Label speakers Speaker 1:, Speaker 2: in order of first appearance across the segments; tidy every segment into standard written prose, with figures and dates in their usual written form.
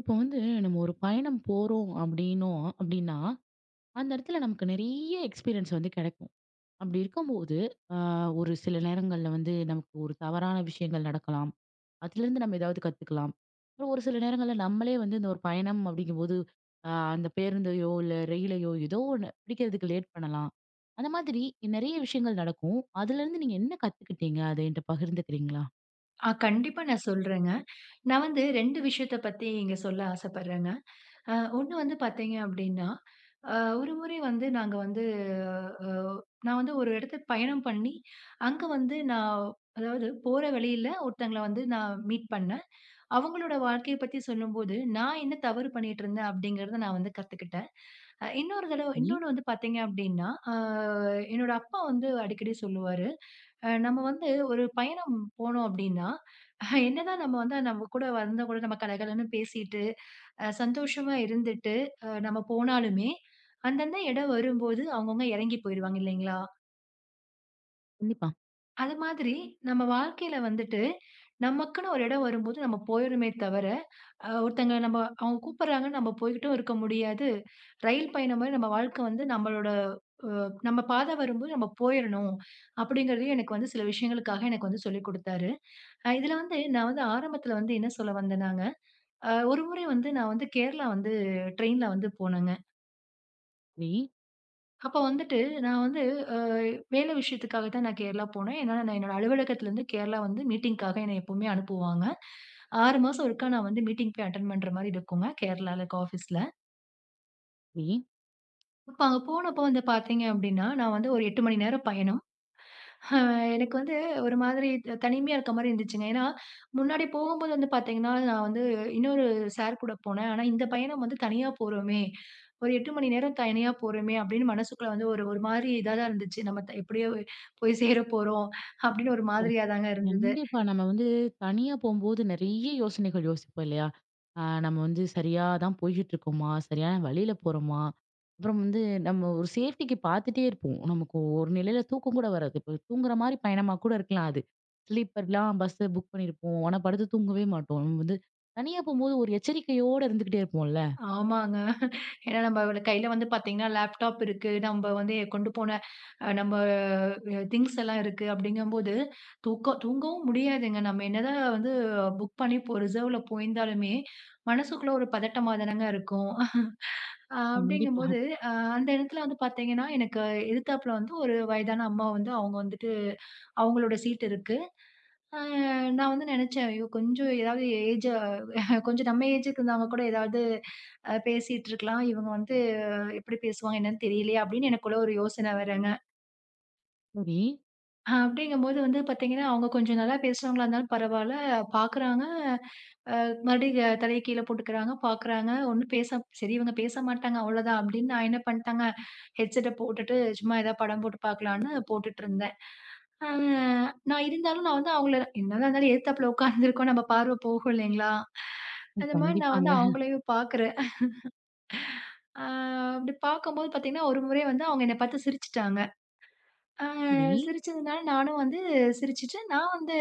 Speaker 1: இப்போ வந்து நம்ம ஒரு பயணம் போறோம் அப்படின்னோம் அப்படின்னா அந்த இடத்துல நமக்கு நிறைய எக்ஸ்பீரியன்ஸ் வந்து கிடைக்கும். அப்படி இருக்கும்போது ஆ, ஒரு சில நேரங்கள்ல வந்து நமக்கு ஒரு தவறான விஷயங்கள் நடக்கலாம். அதிலிருந்து நம்ம ஏதாவது கத்துக்கலாம். அப்புறம் ஒரு சில நேரங்கள்ல நம்மளே வந்து இந்த ஒரு பயணம் அப்படிங்கும்போது அந்த பேருந்தையோ இல்ல ரயிலையோ ஏதோ ஒண்ணு பிடிக்கிறதுக்கு லேட் பண்ணலாம். அந்த மாதிரி நிறைய விஷயங்கள் நடக்கும். அதிலிருந்து நீங்க என்ன கத்துக்கிட்டீங்க? அத என்கிட்ட பகிர்ந்துக்கிறீங்களா?
Speaker 2: ஆ கண்டிப்பா நான் சொல்றேங்க. நான் வந்து 2 விஷயத்த பத்தி இங்க சொல்ல ஆசைப்படுறேங்க. 1 வந்து பார்த்தீங்க அப்டின்னா, அ ஒரு முறை வந்து நாங்க வந்து அ நான் வந்து ஒரு இடத்துக்கு பயணம் பண்ணி, அங்க வந்து நான் அதாவது போற வழியில ஒருத்தங்கள வந்து நான் மீட் பண்ணேன். அவங்களோட வாழ்க்கைய பத்தி சொல்லும்போது, நான் என்ன தவறு பண்ணிட்டுருந்தேன் அப்டிங்கிறத நான் வந்து கத்துக்கிட்டேன். இன்னொரு தடவ
Speaker 1: நீ
Speaker 2: இன்னொன்னு வந்து பார்த்தீங்க அப்டின்னா, என்னோட அப்பா வந்து அடிக்கடி சொல்லுவாரு. நம்ம வந்து ஒரு பயணம் போனோம் அப்படின்னா, என்னதான் நம்ம வந்து நம்ம கூட வந்தவங்க கூட நம்ம கலகலன்னு பேசிட்டு, சந்தோஷமா இருந்துட்டு, நம்ம போனாலுமே, அந்தந்த இடம் வரும்போது அவங்கவங்க இறங்கி போயிருவாங்க இல்லைங்களா?
Speaker 1: கண்டிப்பா.
Speaker 2: அது மாதிரி நம்ம வாழ்க்கையில வந்துட்டு, நமக்குன்னு ஒரு இடம் வரும்போது நம்ம போயிடுமே தவிர, ஒருத்தங்க நம்ம அவங்க கூப்பிடுறாங்கன்னு நம்ம போய்க்கிட்டும் இருக்க முடியாது. ரயில் பயணம் மாரி நம்ம வாழ்க்கை வந்து நம்மளோட அ நம்ம பாதை வரும்போது நம்ம போயிறணும். அப்படிங்கிறதையும் எனக்கு வந்து சில விஷயங்களுக்காக எனக்கு வந்து சொல்லிக் குடுத்தாரு. இதுல வந்து நான் வந்து ஆரம்பத்துல வந்து என்ன சொல்ல வந்தேன்னாங்க, ஒரு முறை வந்து நான் வந்து கேரளா வந்து ட்ரெயின்ல வந்து போனேங்க.
Speaker 1: நீ
Speaker 2: அப்ப வந்துட்டு நான் வந்து அ வேலை விஷயத்துக்காக தான் நான் கேரளா போனேன். ஏன்னா, நான் என்னோட அலுவலகத்துலருந்து கேரளா வந்து மீட்டிங்க்காக என்னை எப்பவுமே அனுப்புவாங்க. 6 மாசம் ஒருக்கா நான் வந்து மீட்டிங் போய் அட்டெண்ட் பண்ற மாரி இருக்குங்க, கேரளால இருக்க ஆஃபீஸ்ல.
Speaker 1: நீ
Speaker 2: அப்ப அங்க போனப்போ வந்து பாத்தீங்க அப்டின்னா, நான் வந்து ஒரு 8 மணி நேரம் பயணம். எனக்கு வந்து ஒரு மாதிரி தனிமையா இருக்க மாரி இருந்துச்சுங்க. ஏன்னா, முன்னாடி போகும்போது வந்து பார்த்தீங்கன்னா, நான் வந்து இன்னொரு சார் கூட போனேன். ஆனா இந்த பயணம் வந்து தனியா போறோமே! ஒரு 8 மணி நேரம் தனியா போறோமே! அப்டின்னு மனசுக்குள்ள வந்து ஒரு ஒரு மாரி இதா தான் இருந்துச்சு. நம்ம எப்டியோ போய் சேர போறோம் அப்டின்னு ஒரு மாதிரியா தாங்க இருந்தது.
Speaker 1: கண்டிப்பா. நம்ம வந்து தனியா போம்போது நெறைய யோசனைகள் யோசிப்போம் இல்லையா? நம்ம வந்து சரியா தான் போய்கிட்டு இருக்கோமா? சரியான வழியில போறோமா? அப்புறம் வந்து நம்ம ஒரு சேஃப்டிக்கு பார்த்துட்டே இருப்போம். நமக்கு ஒரு நிலையில தூக்கம் கூட வராது. இப்ப தூங்குற மாரி பயணமா கூட இருக்கலாம் அது. ஸ்லீப்பர்லாம் பஸ் புக் பண்ணியிருப்போம். ஆனா படுத்து தூங்கவே மாட்டோம். நம்ம வந்து தனியா போம்போது ஒரு எச்சரிக்கையோட இருந்துகிட்டே இருப்போம்ல.
Speaker 2: ஆமாங்க. ஏன்னா நம்ம கையில வந்து பார்த்தீங்கன்னா, லேப்டாப் இருக்கு. நம்ம வந்து கொண்டு போன நம்ம திங்ஸ் எல்லாம் இருக்கு அப்படிங்கும்போது, தூங்கவும் முடியாதுங்க. நம்ம என்னதான் வந்து புக் பண்ணி இப்போ ரிசர்வ்ல போயிருந்தாலுமே, மனசுக்குள்ள ஒரு பதட்டமா தானங்க இருக்கும்.
Speaker 1: கண்டிப்பா.
Speaker 2: அப்படிங்கும்போது, அ அந்த இடத்துல வந்து பார்த்தீங்கன்னா, எனக்கு எதிர்த்தாப்புல வந்து ஒரு வயதான அம்மா வந்து அவங்க வந்துட்டு அவங்களோட சீட் இருக்கு. அ நான் வந்து நெனச்சேன், ஐயோ! கொஞ்சம் ஏதாவது ஏஜ் கொஞ்சம் நம்ம ஏஜுக்கு இருந்தவங்க கூட ஏதாவது பேசிட்டு இருக்கலாம். இவங்க வந்து எப்படி பேசுவாங்க என்னன்னு தெரியலையே! அப்படின்னு எனக்குள்ள ஒரு யோசனை வரங்க.
Speaker 1: சரி.
Speaker 2: அப்படிங்கும்போது வந்து பார்த்தீங்கன்னா, அவங்க கொஞ்சம் நல்லா பேசுறவங்களா இருந்தாலும் பரவால்ல, பார்க்குறாங்க, மறுபடியும் தலைய கீழ போட்டுக்கிறாங்க, பார்க்குறாங்க, ஒண்ணும் பேச சரி இவங்க பேச மாட்டாங்க அவ்வளோதான் அப்படின்னு நான் என்ன பண்ணிட்டேங்க, ஹெட்செட்ட போட்டுட்டு சும்மா ஏதாவது படம் போட்டு பார்க்கலான்னு போட்டுட்டுருந்தேன். அ நான் இருந்தாலும் நான் வந்து அவங்கள என்னதான் இருந்தாலும் எதுத்தாப்புல உட்காந்துருக்கோம் நம்ம பார்வை போகும் இல்லைங்களா? அந்த மாரி நான் வந்து
Speaker 1: கண்டிப்பாங்க.
Speaker 2: அவங்களையும் பார்க்குறேன். அ அப்படி பார்க்கும்போது பார்த்தீங்கன்னா, ஒரு முறை வந்து அவங்க என்ன பார்த்து சிரிச்சுட்டாங்க. ஆ
Speaker 1: சரி.
Speaker 2: சிரிச்சதுனால நானும் வந்து சிரிச்சுட்டு, நான் வந்து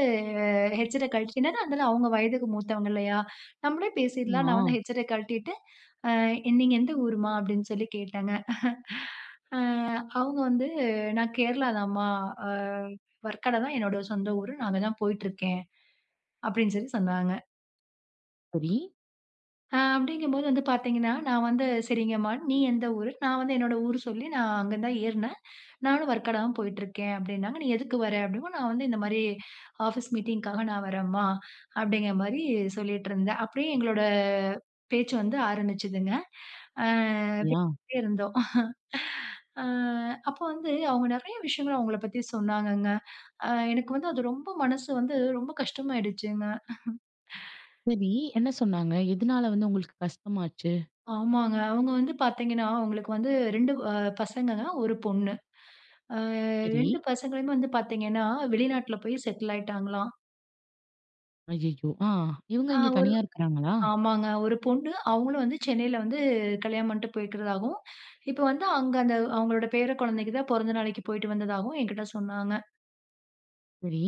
Speaker 2: ஹெட்செட்ட கழட்டிட்டு என்னடா இருந்தாலும் அவங்க வயதுக்கு மூத்தவங்க இல்லையா? நம்மளே பேசிடலாம்.
Speaker 1: ஆமா.
Speaker 2: நான் வந்து ஹெட்செட்ட கழட்டிட்டு, அ "நீங்க எந்த ஊரும்மா?" அப்படின்னு சொல்லி கேட்டேங்க. அவங்க வந்து "நான் கேரளா தான்ம்மா. அ வர்க்கடை தான் என்னோட சொந்த ஊரு. நான் அங்க தான் போயிட்டுருக்கேன்." அப்படின்னு சொல்லி சொன்னாங்க.
Speaker 1: சரி.
Speaker 2: அப்படிங்கும்போது வந்து பார்த்தீங்கன்னா, நான் வந்து "சரிங்கம்மா, நீ எந்த ஊரு?" நான் வந்து என்னோட ஊர் சொல்லி நான் அங்க தான் ஏறுனேன். நானும் வர்க்காடு தான் போயிட்டுருக்கேன் அப்படின்னாங்க. "நீ எதுக்கு வர?" அப்படிங்கவும், நான் வந்து இந்த மாரி ஆஃபீஸ் மீட்டிங்க்காக நான் வரேம்மா, அப்படிங்கிற மாரி சொல்லிட்டுருந்தேன். அப்படியே எங்களோட பேச்சு வந்து ஆரம்பிச்சுதுங்க. அ
Speaker 1: யா.
Speaker 2: பேசிட்டே இருந்தோம். அ அப்ப வந்து அவங்க நெறைய விஷயங்கள் அவங்கள பத்தி சொன்னாங்கங்க. எனக்கு வந்து அது ரொம்ப மனசு வந்து ரொம்ப கஷ்டமாயிடுச்சுங்க.
Speaker 1: சரி. என்ன சொன்னாங்க? எதனால வந்து உங்களுக்கு கஷ்டமாச்சு?
Speaker 2: ஆமாங்க. அவங்க வந்து பாத்தீங்கன்னா, அவங்களுக்கு வந்து 2 பசங்கங்க, 1 பொண்ணு. அ
Speaker 1: சரி.
Speaker 2: 2 பசங்களுமே வந்து பாத்தீங்கன்னா, வெளிநாட்ல போய் செட்டில் ஆயிட்டாங்களாம்.
Speaker 1: ஐயய்யோ! ஆ. இவங்க
Speaker 2: அ
Speaker 1: இங்க
Speaker 2: ஒரு
Speaker 1: தனியா இருக்கிறாங்களா?
Speaker 2: ஆமாங்க. ஒரு பொண்ணு. அவங்களும் வந்து சென்னையில வந்து கல்யாணம் பண்ணிட்டு போய்க்கிறதாகவும், இப்ப வந்து அங்க அந்த அவங்களோட பேர குழந்தைக்கு தான் பொறந்த நாளைக்கு போயிட்டு வந்ததாகவும் என்கிட்ட சொன்னாங்க.
Speaker 1: சரி.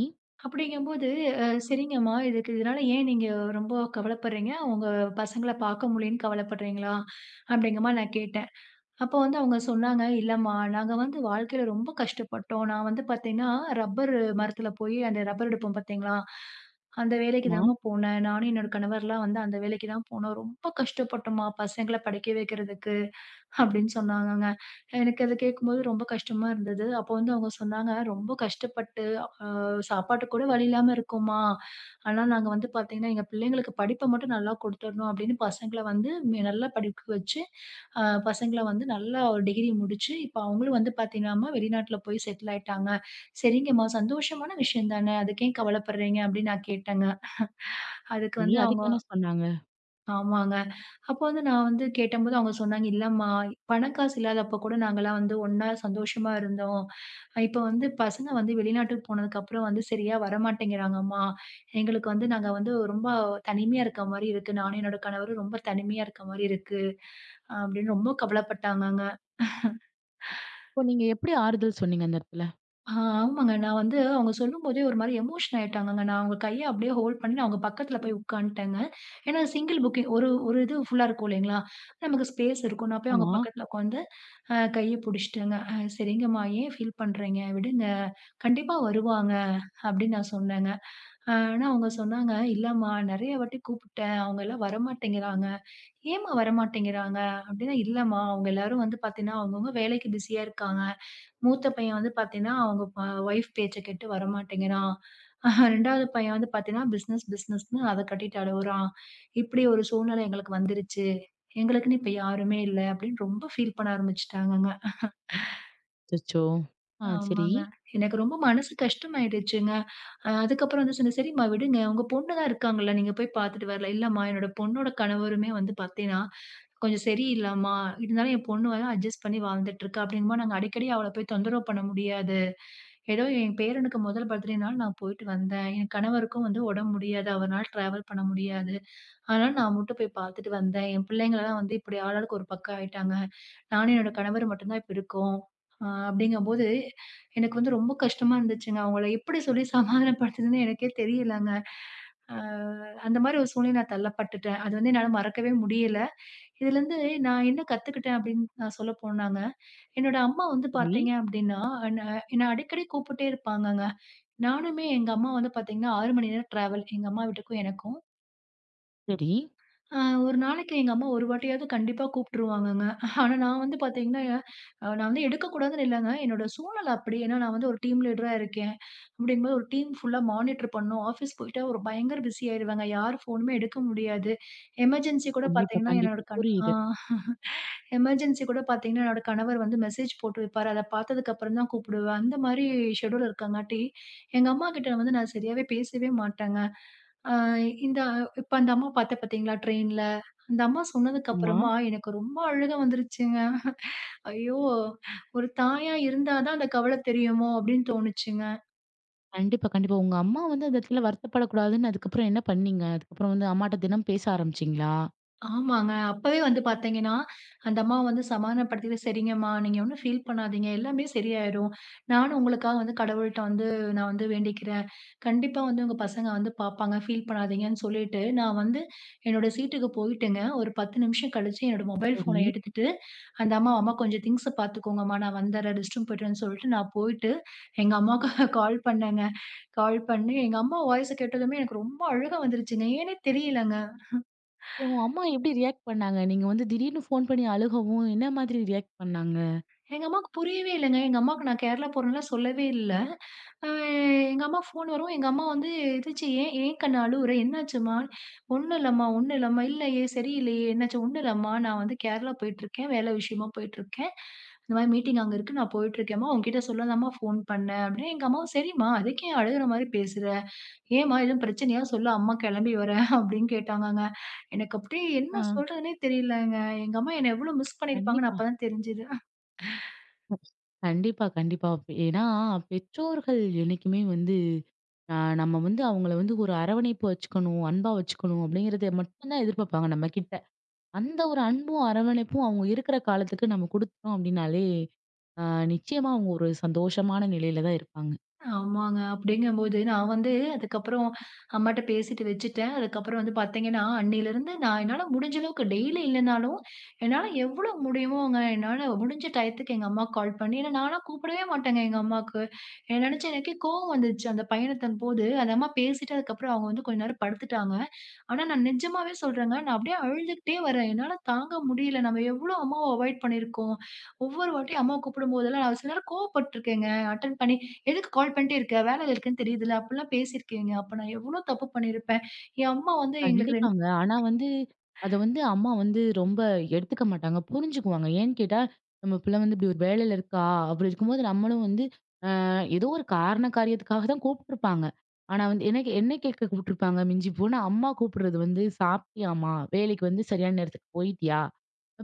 Speaker 2: அப்படிங்கும்போது, சரிங்கம்மா, இதனால ஏன் நீங்க ரொம்ப கவலைப்படுறீங்க? உங்க பசங்கள பார்க்க முடியலன்னு கவலைப்படுறீங்களா?" அப்படிங்கமா நான் கேட்டேன். அப்ப வந்து அவங்க சொன்னாங்க, "இல்லம்மா, நாங்க வந்து வாழ்க்கையில ரொம்ப கஷ்டப்பட்டோம். நான் வந்து பார்த்தீங்கன்னா, ரப்பர் மரத்தில போய் அந்த ரப்பர் எடுப்போம் பார்த்தீங்களா? அந்த வேலைக்கு
Speaker 1: ஆமா.
Speaker 2: தாம்மா போனேன். நானும் என்னோட கணவர்லாம் வந்து அந்த வேலைக்கு தான் போனோம். ரொம்ப கஷ்டப்பட்டோம்மா, பசங்கள படிக்க வைக்கிறதுக்கு." அப்படின்னு சொன்னாங்கங்க. எனக்கு அத கேட்கும்போது ரொம்ப கஷ்டமா இருந்தது. அப்போ வந்து அவங்க சொன்னாங்க, "ரொம்ப கஷ்டப்பட்டு சாப்பாட்டுக்கு கூட வழி இல்லாம இருக்கோம்மா. ஆனா நாங்க வந்து பார்த்தீங்கன்னா, எங்க பிள்ளைங்களுக்கு படிப்ப மட்டும் நல்லா குடுத்துடணும் அப்படின்னு பசங்கள வந்து நல்லா படிக்க வச்சு, அ பசங்கள வந்து நல்லா ஒரு டிகிரி முடிச்சு, இப்ப அவங்களும் வந்து பார்த்தீங்கன்னாம்மா, வெளிநாட்ல போய் செட்டில் ஆயிட்டாங்க. "சரிங்கம்மா, சந்தோஷமான விஷயம் தானே. அதுக்கு ஏன் கவலைப்படுறீங்க?" அப்படின்னு நான் கேட்டேங்க. அதுக்கு
Speaker 1: சரி.
Speaker 2: வந்து அவங்க.
Speaker 1: அதுக்கு என்ன சொன்னாங்க?
Speaker 2: ஆமாங்க. அப்போ வந்து நான் வந்து கேட்டம்போது அவங்க சொன்னாங்க, "இல்லம்மா, பண காசு இல்லாதப்ப கூட நாங்கலாம் வந்து ஒண்ணா சந்தோஷமா இருந்தோம். இப்ப வந்து பசங்க வந்து வெளிநாட்டுக்கு போனதுக்கப்புறம் வந்து சரியா வரமாட்டேங்கிறாங்கம்மா. எங்களுக்கு வந்து நாங்க வந்து ரொம்ப தனிமையா இருக்க மாரி இருக்கு. நானும் என்னோட கணவரும் ரொம்ப தனிமையா இருக்க மாரி இருக்கு." அப்படின்னு ரொம்ப கவலைப்பட்டாங்கங்க.
Speaker 1: அப்போ நீங்க எப்படி ஆறுதல் சொன்னீங்க அந்த இடத்துல?
Speaker 2: ஆ ஆமாங்க. நான் வந்து அவங்க சொல்லும்போதே ஒரு மாரி எமோஷன் ஆயிட்டாங்கங்க. நான் அவங்க கைய அப்படியே ஹோல்ட் பண்ணி நான் அவங்க பக்கத்துல போய் உட்காந்துட்டேங்க. ஏன்னா சிங்கிள் புக்கிங் ஒரு ஒரு இது ஃபுல்லா இருக்கும் இல்லைங்களா? நமக்கு ஸ்பேஸ் இருக்கும். நான் போய் அவங்க
Speaker 1: ஆமா.
Speaker 2: பக்கத்துல உட்காந்து கைய புடிச்சுட்டேங்க. சரிங்கம்மா, ஏன் ஃபீல் பண்றீங்க? விடுங்க. கண்டிப்பா வருவாங்க." அப்படின்னு நான் சொன்னேங்க. ஆனா அவங்க சொன்னாங்க, "இல்லம்மா, நெறைய வாட்டி கூப்பிட்டேன். அவங்க எல்லாம் வரமாட்டேங்கிறாங்க." "ஏம்மா வரமாட்டேங்கிறாங்க?" அப்படின்னா, "இல்லம்மா, அவங்க எல்லாரும் வந்து பாத்தீங்கன்னா, அவங்கவங்க வேலைக்கு பிஸியா இருக்காங்க. மூத்த பையன் வந்து பாத்தீங்கன்னா, அவங்க ஒய்ஃப் பேச்ச கேட்டு வரமாட்டேங்கிறான். 2வது பையன் வந்து பாத்தீங்கன்னா, பிசினஸ் பிசினஸ்ன்னு அத கட்டிட்டு அழுவுறான். இப்படி ஒரு சூழ்நிலை எங்களுக்கு வந்துருச்சு. எங்களுக்குன்னு இப்ப யாருமே இல்ல." அப்படின்னு ரொம்ப ஃபீல் பண்ண ஆரம்பிச்சுட்டாங்கங்க.
Speaker 1: அச்சச்சோ! ஆ, சரி,
Speaker 2: ஆமாங்க. எனக்கு ரொம்ப மனசு கஷ்டமாயிடுச்சுங்க. அதுக்கப்புறம் வந்து சொன்னேன், "சரிம்மா விடுங்க. உங்க பொண்ணு தான் இருக்காங்கல்ல. நீங்க போய் பார்த்துட்டு வரலாம்." "இல்லம்மா, என்னோட பொண்ணோட கணவருமே வந்து பார்த்தீங்கன்னா, கொஞ்சம் சரியில்லம்மா. இருந்தாலும் என் பொண்ணு வந்து அட்ஜஸ்ட் பண்ணி வாழ்ந்துட்டு இருக்கா." அப்படிங்கும்போது, "நாங்க அடிக்கடி அவள போய் தொந்தரவு பண்ண முடியாது. ஏதோ என் பேரனுக்கு முதல் பர்த்டேனால நான் போயிட்டு வந்தேன். என் கணவருக்கும் வந்து உடம்பு முடியாது. அவர்னால டிராவல் பண்ண முடியாது." ஆனா, நான் மட்டும் போய் பார்த்துட்டு வந்தேன். என் பிள்ளைங்கலாம் வந்து இப்படி ஆளாளுக்கு ஒரு பக்கம் ஆயிட்டாங்க. நானும் என்னோட கணவர் மட்டும் தான் இப்ப இருக்கோம். அப்படிங்கம்போது, எனக்கு வந்து ரொம்ப கஷ்டமா இருந்துச்சுங்க. அவங்கள எப்படி சொல்லி சமாதானப்படுத்துறதுன்னு எனக்கே தெரியலங்க. அ அந்த மாரி ஒரு சூழ்நிலை நான் தள்ளப்பட்டுட்டேன். அது வந்து என்னால மறக்கவே முடியல. இதுலருந்து நான் என்ன கத்துக்கிட்டேன் அப்படின்னு நான் சொல்ல போனாங்க, என்னோட அம்மா வந்து
Speaker 1: சரி,
Speaker 2: பார்த்தீங்க அப்படின்னா, என்ன என்ன அடிக்கடி கூப்பிட்டே இருப்பாங்கங்க. நானுமே எங்க அம்மா வந்து பார்த்தீங்கன்னா, 6 மணி நேரம் டிராவல் எங்க அம்மா வீட்டுக்கும் எனக்கும்.
Speaker 1: சரி.
Speaker 2: ஒரு நாளைக்கு எங்க அம்மா ஒரு வாட்டியாவது கண்டிப்பா கூப்பிட்டுருவாங்கங்க. ஆனா நான் வந்து பார்த்தீங்கன்னா, நான் வந்து எடுக்கக்கூடாதுன்னு இல்லங்க. என்னோட சூழல் அப்படி. ஏன்னா நான் வந்து ஒரு டீம் லீடரா இருக்கேன். அப்படிங்கும்போது ஒரு டீம் ஃபுல்லா மானிட்டர் பண்ணணும். ஆஃபீஸ் போயிட்டா ஒரு பயங்கர பிஸி ஆயிருவேங்க. யார் ஃபோனுமே எடுக்க முடியாது. எமர்ஜென்சி கூட
Speaker 1: கண்டிப்பா,
Speaker 2: பார்த்தீங்கன்னா
Speaker 1: கண்டிப்பா.
Speaker 2: என்னோட கண் ஆ.
Speaker 1: புரியுது.
Speaker 2: எமர்ஜென்சி கூட பார்த்தீங்கன்னா, என்னோட கணவர் வந்து மெசேஜ் போட்டு வைப்பாரு. அத பார்த்ததுக்கு அப்புறம் தான் கூப்பிடுவேன். அந்த மாரி ஷெட்யூல் இருக்கங்காட்டி, எங்க அம்மாகிட்ட வந்து நான் சரியாவே பேசவே மாட்டேங்க. அ இந்த இப்ப அந்த அம்மா பார்த்தேன் பார்த்தீங்களா ட்ரெயின்ல. அந்த அம்மா சொன்னதுக்கு
Speaker 1: ஆமா.
Speaker 2: அப்புறமா எனக்கு ரொம்ப அழுகை வந்துருச்சுங்க. ஐயோ! ஒரு தாயா இருந்தா தான் அந்த கவலை தெரியுமோ! அப்படின்னு தோணுச்சுங்க.
Speaker 1: கண்டிப்பா, கண்டிப்பா. உங்க அம்மா வந்து அந்த இடத்துல வருத்தப்படக்கூடாதுன்னு அதுக்கப்புறம் என்ன பண்ணீங்க? அதுக்கப்புறம் வந்து அம்மாட்ட தினம் பேச ஆரம்பிச்சீங்களா?
Speaker 2: ஆமாங்க. அப்பவே வந்து பார்த்தீங்கன்னா, அந்த அம்மா வந்து சமாதானப்படுத்திட்டு, "சரிங்கம்மா, நீங்க ஒண்ணும் ஃபீல் பண்ணாதீங்க. எல்லாமே சரியாயிரும். நானும் உங்களுக்காக வந்து கடவுள்ட்ட வந்து நான் வந்து வேண்டிக்கிறேன். கண்டிப்பா வந்து உங்க பசங்க வந்து பார்ப்பாங்க. ஃபீல் பண்ணாதீங்கன்னு" சொல்லிட்டு, நான் வந்து என்னோட சீட்டுக்கு போயிட்டேங்க. ஒரு 10 நிமிஷம் கழிச்சு என்னோட மொபைல்
Speaker 1: சரி.
Speaker 2: ஃபோன எடுத்துட்டு, அந்த அம்மா, "அம்மா கொஞ்சம் திங்க்ஸ பார்த்துக்கோங்கம்மா. நான் வந்துர்றேன். ரெஸ்ட் ரூம் போயிட்டு வரேன்னு" சொல்லிட்டு நான் போயிட்டு, எங்க அம்மாவுக்கு கால் பண்ணேங்க. கால் பண்ணி எங்க அம்மா வாய்ஸ கேட்டதுமே எனக்கு ரொம்ப அழுகை வந்துருச்சுங்க. ஏன்னே தெரியலங்க.
Speaker 1: அப்போ உங்க அம்மா எப்படி ரியாக்ட் பண்ணாங்க? நீங்க வந்து திடீர்னு ஃபோன் பண்ணி அழுகவும் என்ன மாதிரி ரியாக்ட் பண்ணாங்க?
Speaker 2: எங்க அம்மாவுக்கு புரியவே இல்லங்க. எங்க அம்மாவுக்கு நான் கேரளா போறேன்லாம் சொல்லவே இல்ல. அ எங்க அம்மாக்கு ஃபோன் வரவும், எங்க அம்மா வந்து என்னாச்சு ஏன் ஏன் கண்ணு அழுவுற? என்னாச்சும்மா? ஒண்ணும் இல்லம்மா, ஒண்ணும் இல்லம்மா. இல்லையே சரியில்லையே! என்னாச்சு? ஒண்ணும் இல்லம்மா. நான் வந்து கேரளா போயிட்டுருக்கேன். வேலை விஷயமா போயிட்டுருக்கேன். இந்த மாரி மீட்டிங் அங்க இருக்கு. நான் போயிட்டுருக்கேன்ம்மா. உன்கிட்ட சொல்லதாம்மா ஃபோன் பண்ணேன் அப்படின்னு எங்க அம்மாவும் சரிம்மா, அதுக்கு ஏன் அழுகுற மாரி பேசுற? ஏம்மா எதுவும் பிரச்சனையா? சொல்லு அம்மா கிளம்பி வரேன் அப்படின்னு கேட்டாங்கங்க. எனக்கு அப்படியே
Speaker 1: ஆ.
Speaker 2: என்ன சொல்றதுன்னே தெரியலங்க. எங்க அம்மா என்ன எவ்வளோ மிஸ் பண்ணியிருப்பாங்கன்னு
Speaker 1: கண்டிப்பா.
Speaker 2: அப்பதான் தெரிஞ்சது.
Speaker 1: கண்டிப்பா, கண்டிப்பா. ஏன்னா, பெற்றோர்கள் என்னைக்குமே வந்து நம்ம வந்து அவங்கள வந்து ஒரு அரவணைப்பு வச்சுக்கணும், அன்பா வச்சுக்கணும் அப்படிங்கிறத மட்டும் தான் எதிர்பார்ப்பாங்க நம்மகிட்ட. அந்த ஒரு அன்பும், அரவணைப்பும் அவங்க இருக்கிற காலத்துக்கு நம்ம குடுத்துட்டோம் அப்படின்னாலே, அ நிச்சயமா அவங்க ஒரு சந்தோஷமான நிலையில தான் இருப்பாங்க.
Speaker 2: ஆமாங்க. அப்படிங்கும்போது நான் வந்து அதுக்கப்புறம் அம்மாட்ட பேசிட்டு வச்சுட்டேன். அதுக்கப்புறம் வந்து பார்த்தீங்கன்னா, அன்னையிலிருந்து நான் என்னால முடிஞ்ச அளவுக்கு டெய்லி இல்லனாலும், என்னால எவ்வளோ முடியுமோங்க என்னால முடிஞ்ச டயத்துக்கு எங்க அம்மாக்கு கால் பண்ணி ஏன்னா நான்லாம் கூப்பிடவே மாட்டேங்க எங்க அம்மாக்கு. என்ன நெனச்சு எனக்கே கோவம் வந்துருச்சு. அந்த பயணத்தின் போது அந்த அம்மா பேசிட்டு அதுக்கப்புறம் அவங்க வந்து கொஞ்ச நேரம் படுத்துட்டாங்க. ஆனா நான் நிஜமாவே சொல்றேங்க. நான் அப்படியே அழுதுகிட்டே வரேன். என்னால தாங்க முடியல. நம்ம எவ்ளோ அம்மாவ அவாய்ட் பண்ணியிருக்கோம். ஒவ்வொரு வாட்டியும் அம்மா கூப்பிடும்போதெல்லாம் நான் சில நேரம் கோவப்பட்டுருக்கேங்க. அட்டெண்ட் பண்ணி, "எதுக்கு கால் பண்ணிட்டே இருக்க? வேலையில இருக்கேன்னு தெரியுதுல்ல." அப்படிலாம் பேசியிருக்கேங்க. அப்ப நான் எவ்ளோ தப்பு பண்ணியிருப்பேன். என் அம்மா வந்து எங்களுக்கு 2.
Speaker 1: கண்டிப்பாங்க. ஆனா வந்து, அத வந்து அம்மா வந்து ரொம்ப எடுத்துக்க மாட்டாங்க. புரிஞ்சுக்குவாங்க. ஏன்னு கேட்டா, நம்ம பிள்ளை வந்து இப்படி ஒரு வேலையில இருக்கா, அப்படி இருக்கும்போது நம்மளும் வந்து ஏதோ ஒரு காரண காரியத்துக்காக தான் கூப்பிட்டுருப்பாங்க. ஆனா வந்து என்ன என்ன கேட்க கூப்பிட்டுருப்பாங்க மிஞ்சி போனா, அம்மா கூப்பிடுறது வந்து "சாப்பிட்டியாம்மா? வேலைக்கு வந்து சரியான நேரத்துக்கு போயிட்டியா?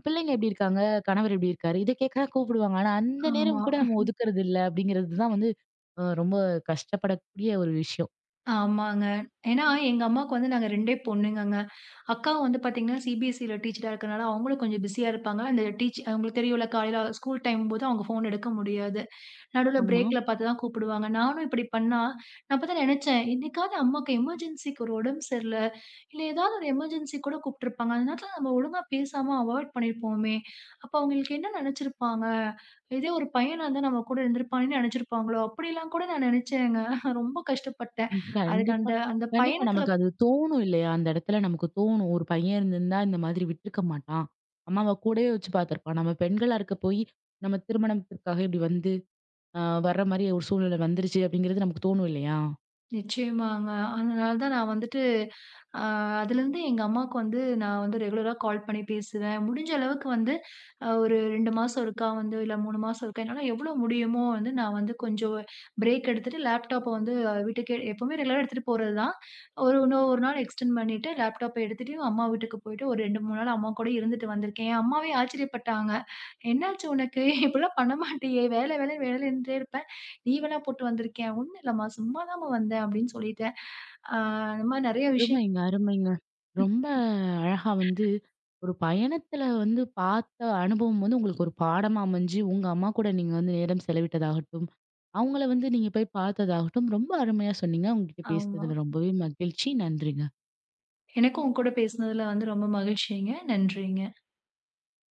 Speaker 1: பிள்ளைங்க எப்படி இருக்காங்க? கணவர் எப்படி இருக்காரு?" இத கேட்க தான் கூப்பிடுவாங்க. ஆனா அந்த
Speaker 2: ஆமா.
Speaker 1: நேரம் கூட நம்ம ஒதுக்குறது இல்ல அப்படிங்கிறது தான் வந்து ரொம்ப கஷ்டப்படக்கூடிய ஒரு விஷயம்.
Speaker 2: ஆமாங்க. ஏன்னா எங்க அம்மாவுக்கு வந்து நாங்க 2டே பொண்ணுங்கங்க. அக்காவும் வந்து பார்த்தீங்கன்னா, சிபிஎஸ்சில டீச்சரா இருக்கனால அவங்களும் கொஞ்சம் பிஸியா இருப்பாங்க. அந்த அவங்களுக்கு தெரியும்ல காலையில ஸ்கூல் டைம் போது அவங்க ஃபோன் எடுக்க முடியாது. நடுவுல
Speaker 1: ஆமா.
Speaker 2: பிரேக்ல பார்த்து தான் கூப்பிடுவாங்க. நானும் இப்படி பண்ணா, நான் அப்பதான் நெனச்சேன், என்னைக்காவது அம்மாக்கு எமர்ஜென்சிக்கு ஒரு உடம்பு சரியில்ல, இல்ல ஏதாவது ஒரு எமர்ஜென்சி கூட கூப்ட்டுருப்பாங்க. அந்த நேரத்துல நம்ம ஒழுங்கா பேசாம அவாய்ட் பண்ணியிருப்போமே! அப்ப அவங்களுக்கு என்ன நெனச்சிருப்பாங்க? இதே ஒரு பையனா இருந்தா நம்ம கூட இருந்திருப்பானேன்னு நெனச்சிருப்பாங்களோ! அப்படிலாம் கூட நான் நெனச்சேங்க. ரொம்ப கஷ்டப்பட்டேன்.
Speaker 1: ம்.
Speaker 2: அதுக்கு
Speaker 1: கண்டிப்பா.
Speaker 2: அந்த அந்த
Speaker 1: கண்டிப்பா
Speaker 2: பயணத்துல
Speaker 1: நமக்கு அது தோணும் இல்லையா? அந்த இடத்துல நமக்கு தோணும். ஒரு பையன் இருந்திருந்தா இந்த மாதிரி விட்டுருக்க மாட்டான். அம்மாவ கூடவே வச்சு பார்த்துருப்பான். நம்ம பெண்களா இருக்க போய் நம்ம திருமணத்திற்காக இப்படி வந்து வர்ற மாரி ஒரு சூழ்நிலை வந்துருச்சு அப்படிங்கிறது நமக்கு தோணும் இல்லையா?
Speaker 2: நிச்சயமாங்க. அதனால தான் நான் வந்துட்டு அ அதுலேருந்து எங்க அம்மாவுக்கு வந்து நான் வந்து ரெகுலரா கால் பண்ணி பேசுவேன். முடிஞ்ச அளவுக்கு வந்து ஒரு 2 மாசம் ஒருக்கா வந்து இல்ல 3 மாசம் ஒருக்கா என்னால எவ்வளோ முடியுமோ வந்து நான் வந்து கொஞ்சம் பிரேக் எடுத்துட்டு லேப்டாப்ப வந்து வீட்டுக்கு எப்பவுமே ரெகுலரா எடுத்துட்டு போறது தான். ஒரு இன்னும் ஒரு நாள் எக்ஸ்டெண்ட் பண்ணிட்டு லேப்டாப்ப எடுத்துட்டு அம்மா வீட்டுக்கு போயிட்டு ஒரு 2, 3 நாள் அம்மா கூட இருந்துட்டு வந்திருக்கேன். என் அம்மாவே ஆச்சரியப்பட்டாங்க. "என்னாச்சு உனக்கு? இப்படிலாம் பண்ண மாட்டியே! வேலை வேலை வேலைன்னுட்டே இருப்ப." லீவெல்லாம் போட்டு வந்திருக்கேன். ஒண்ணும் இல்லம்மா, சும்மாதாம்மா வந்தேன் அப்படின்னு சொல்லிட்டேன். ஆ, இந்த மாரி நெறைய விஷயம்
Speaker 1: அருமைங்க, அருமைங்க. ரொம்ப அழகா வந்து ஒரு பயணத்துல வந்து பார்த்த அனுபவம் வந்து உங்களுக்கு ஒரு பாடமா அமைஞ்சு, உங்க அம்மா கூட நீங்க வந்து நேரம் செலவிட்டதாகட்டும், அவங்கள வந்து நீங்க போய் பார்த்ததாகட்டும், ரொம்ப அருமையா சொன்னீங்க. உங்ககிட்ட
Speaker 2: ஆமா.
Speaker 1: பேசுனதுல ரொம்பவே மகிழ்ச்சி. நன்றிங்க.
Speaker 2: எனக்கும் உங்க கூட பேசுனதுல வந்து ரொம்ப மகிழ்ச்சிங்க. நன்றிங்க.